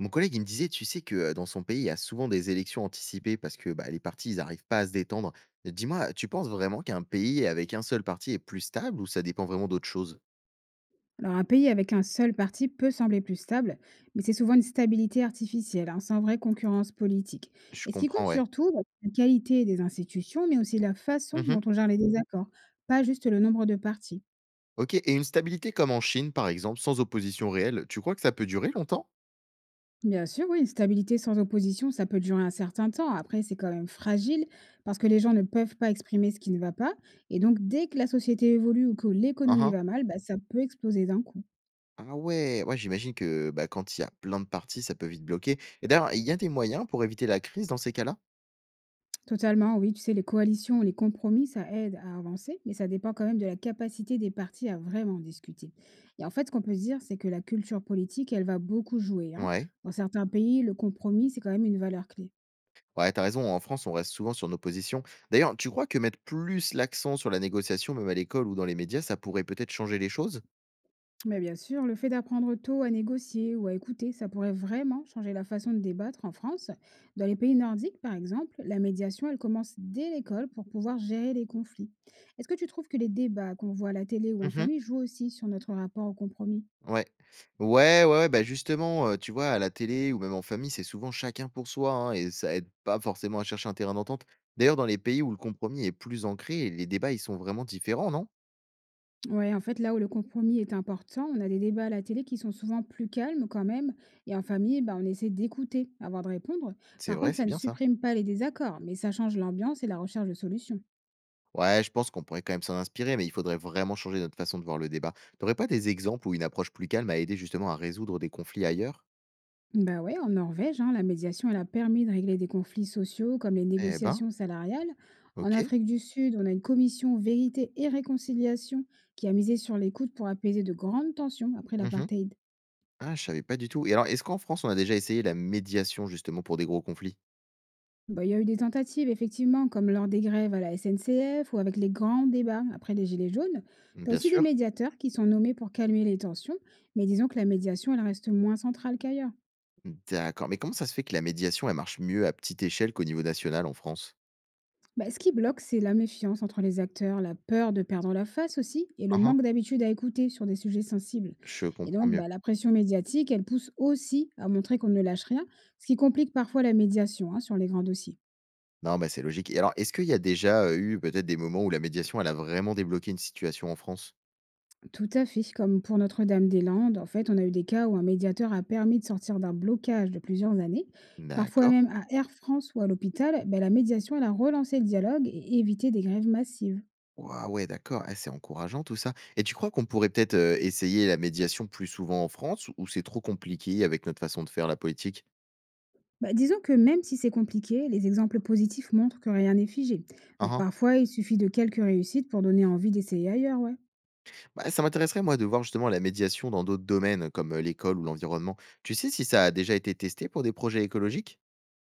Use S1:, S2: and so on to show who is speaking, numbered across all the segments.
S1: Mon collègue, il me disait, tu sais que dans son pays, il y a souvent des élections anticipées parce que les partis, ils n'arrivent pas à se détendre. Dis-moi, tu penses vraiment qu'un pays avec un seul parti est plus stable ou ça dépend vraiment d'autre chose?
S2: Alors, un pays avec un seul parti peut sembler plus stable, mais c'est souvent une stabilité artificielle, hein, sans vraie concurrence politique.
S1: Je
S2: Et ce qui compte
S1: comprends, ouais.
S2: surtout, c'est la qualité des institutions, mais aussi la façon
S1: Mhm.
S2: dont on gère les désaccords, pas juste le nombre de partis.
S1: Ok, et une stabilité comme en Chine, par exemple, sans opposition réelle, tu crois que ça peut durer longtemps?
S2: Bien sûr, oui, une stabilité sans opposition, ça peut durer un certain temps. Après, c'est quand même fragile parce que les gens ne peuvent pas exprimer ce qui ne va pas. Et donc, dès que la société évolue ou que l'économie
S1: Uhum.
S2: va mal, ça peut exploser d'un coup.
S1: Ah ouais, ouais, j'imagine que quand il y a plein de partis, ça peut vite bloquer. Et d'ailleurs, il y a des moyens pour éviter la crise dans ces cas-là?
S2: Totalement, oui. Tu sais, les coalitions, les compromis, ça aide à avancer, mais ça dépend quand même de la capacité des partis à vraiment discuter. Et en fait, ce qu'on peut se dire, c'est que la culture politique, elle va beaucoup jouer, hein.
S1: Ouais.
S2: Dans certains pays, le compromis, c'est quand même une valeur clé.
S1: Ouais, t'as raison, en France, on reste souvent sur nos positions. D'ailleurs, tu crois que mettre plus l'accent sur la négociation, même à l'école ou dans les médias, ça pourrait peut-être changer les choses?
S2: Mais bien sûr, le fait d'apprendre tôt à négocier ou à écouter, ça pourrait vraiment changer la façon de débattre en France. Dans les pays nordiques, par exemple, la médiation, elle commence dès l'école pour pouvoir gérer les conflits. Est-ce que tu trouves que les débats qu'on voit à la télé ou en
S1: Mmh.
S2: famille jouent aussi sur notre rapport au compromis?
S1: Ouais. Ouais, ouais, ouais, bah, justement, tu vois, à la télé ou même en famille, c'est souvent chacun pour soi, hein, et ça aide pas forcément à chercher un terrain d'entente. D'ailleurs, dans les pays où le compromis est plus ancré, les débats, ils sont vraiment différents, non?
S2: Ouais, en fait, là où le compromis est important, on a des débats à la télé qui sont souvent plus calmes quand même. Et en famille, on essaie d'écouter avant de répondre.
S1: C'est
S2: Par
S1: vrai,
S2: contre,
S1: c'est
S2: ça ne
S1: bien ça.
S2: supprime pas les désaccords, mais ça change l'ambiance et la recherche de solutions.
S1: Ouais, je pense qu'on pourrait quand même s'en inspirer, mais il faudrait vraiment changer notre façon de voir le débat. T'aurais pas des exemples où une approche plus calme a aidé justement à résoudre des conflits ailleurs?
S2: Bah ouais, en Norvège, hein, la médiation, elle a permis de régler des conflits sociaux comme les
S1: Eh ben,
S2: négociations salariales. En
S1: OK.
S2: Afrique du Sud, on a une commission vérité et réconciliation qui a misé sur l'écoute pour apaiser de grandes tensions après
S1: Mmh mh.
S2: l'apartheid.
S1: Ah, je savais pas du tout, et alors est-ce qu'en France, on a déjà essayé la médiation justement pour des gros conflits?
S2: Bah, il y a eu des tentatives, effectivement, comme lors des grèves à la SNCF ou avec les grands débats après les Gilets jaunes.
S1: Mmh,
S2: Tu as
S1: bien
S2: aussi des
S1: sûr.
S2: médiateurs qui sont nommés pour calmer les tensions, mais disons que la médiation, elle reste moins centrale qu'ailleurs.
S1: D'accord, mais comment ça se fait que la médiation, elle marche mieux à petite échelle qu'au niveau national en France?
S2: Bah, ce qui bloque, c'est la méfiance entre les acteurs, la peur de perdre la face aussi, et le
S1: Hein, hein.
S2: manque d'habitude à écouter sur des sujets sensibles.
S1: Je
S2: Et
S1: comprends
S2: donc,
S1: mieux.
S2: la pression médiatique, elle pousse aussi à montrer qu'on ne lâche rien, ce qui complique parfois la médiation hein, sur les grands dossiers.
S1: Non, bah, c'est logique, et alors est-ce qu'il y a déjà eu peut-être des moments où la médiation, elle a vraiment débloqué une situation en France?
S2: Tout à fait, comme pour Notre-Dame-des-Landes, en fait, on a eu des cas où un médiateur a permis de sortir d'un blocage de plusieurs années. Parfois
S1: D'accord.
S2: même à Air France ou à l'hôpital, ben, la médiation, elle a relancé le dialogue et évité des grèves massives.
S1: Waouh, ouais, d'accord. Ah, c'est encourageant tout ça, et tu crois qu'on pourrait peut-être essayer la médiation plus souvent en France, ou c'est trop compliqué avec notre façon de faire la politique?
S2: Bah, disons que même si c'est compliqué, les exemples positifs montrent que rien n'est figé.
S1: Hein,
S2: Donc
S1: hein.
S2: parfois, il suffit de quelques réussites pour donner envie d'essayer ailleurs, ouais.
S1: Bah, ça m'intéresserait, moi, de voir justement la médiation dans d'autres domaines, comme l'école ou l'environnement. Tu sais si ça a déjà été testé pour des projets écologiques?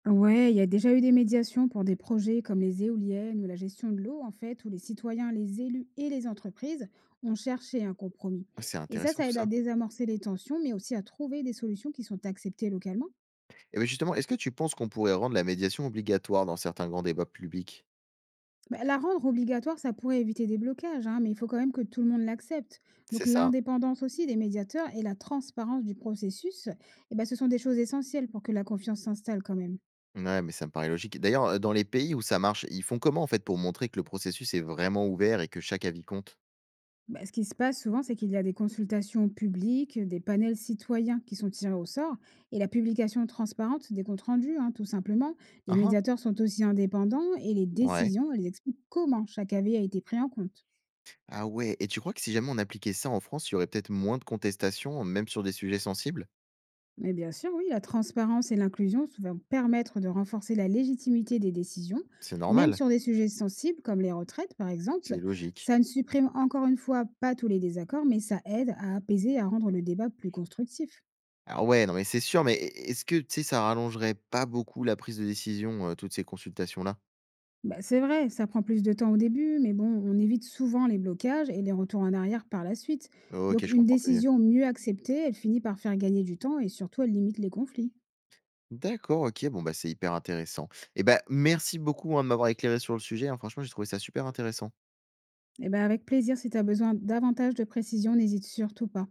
S2: Ouais, il y a déjà eu des médiations pour des projets comme les éoliennes ou la gestion de l'eau, en fait, où les citoyens, les élus et les entreprises ont cherché un compromis.
S1: Ah, c'est
S2: Et ça,
S1: intéressant
S2: ça
S1: tout
S2: aide à
S1: ça.
S2: désamorcer les tensions, mais aussi à trouver des solutions qui sont acceptées localement.
S1: Et bien justement, est-ce que tu penses qu'on pourrait rendre la médiation obligatoire dans certains grands débats publics?
S2: Bah, la rendre obligatoire, ça pourrait éviter des blocages, hein, mais il faut quand même que tout le monde l'accepte.
S1: C'est
S2: Donc
S1: ça.
S2: l'indépendance aussi des médiateurs et la transparence du processus, eh ben, ce sont des choses essentielles pour que la confiance s'installe quand même.
S1: Ouais, mais ça me paraît logique. D'ailleurs, dans les pays où ça marche, ils font comment en fait pour montrer que le processus est vraiment ouvert et que chaque avis compte?
S2: Bah, ce qui se passe souvent, c'est qu'il y a des consultations publiques, des panels citoyens qui sont tirés au sort, et la publication transparente des comptes rendus, hein, tout simplement. Les
S1: Ah ah.
S2: médiateurs sont aussi indépendants et les
S1: Ouais.
S2: décisions, elles expliquent comment chaque avis a été pris en compte.
S1: Ah ouais, et tu crois que si jamais on appliquait ça en France, il y aurait peut-être moins de contestations, même sur des sujets sensibles?
S2: Mais bien sûr, oui, la transparence et l'inclusion vont permettre de renforcer la légitimité des décisions,
S1: C'est
S2: même
S1: normal,
S2: sur des sujets sensibles comme les retraites, par
S1: c'est
S2: exemple.
S1: logique.
S2: Ça ne supprime encore une fois pas tous les désaccords, mais ça aide à apaiser et à rendre le débat plus constructif.
S1: Alors ouais, non mais c'est sûr, mais est-ce que, tu sais, ça rallongerait pas beaucoup la prise de décision, toutes ces consultations-là?
S2: Bah, c'est vrai, ça prend plus de temps au début, mais bon, on évite souvent les blocages et les retours en arrière par la suite.
S1: Oh, OK,
S2: Donc,
S1: je
S2: une
S1: comprends un peu mieux.
S2: décision mieux acceptée, elle finit par faire gagner du temps et surtout, elle limite les conflits.
S1: D'accord, OK, bon, bah, c'est hyper intéressant. Et ben, merci beaucoup, hein, de m'avoir éclairé sur le sujet, hein, franchement, j'ai trouvé ça super intéressant.
S2: Et ben avec plaisir, si tu as besoin davantage de précision, n'hésite surtout pas.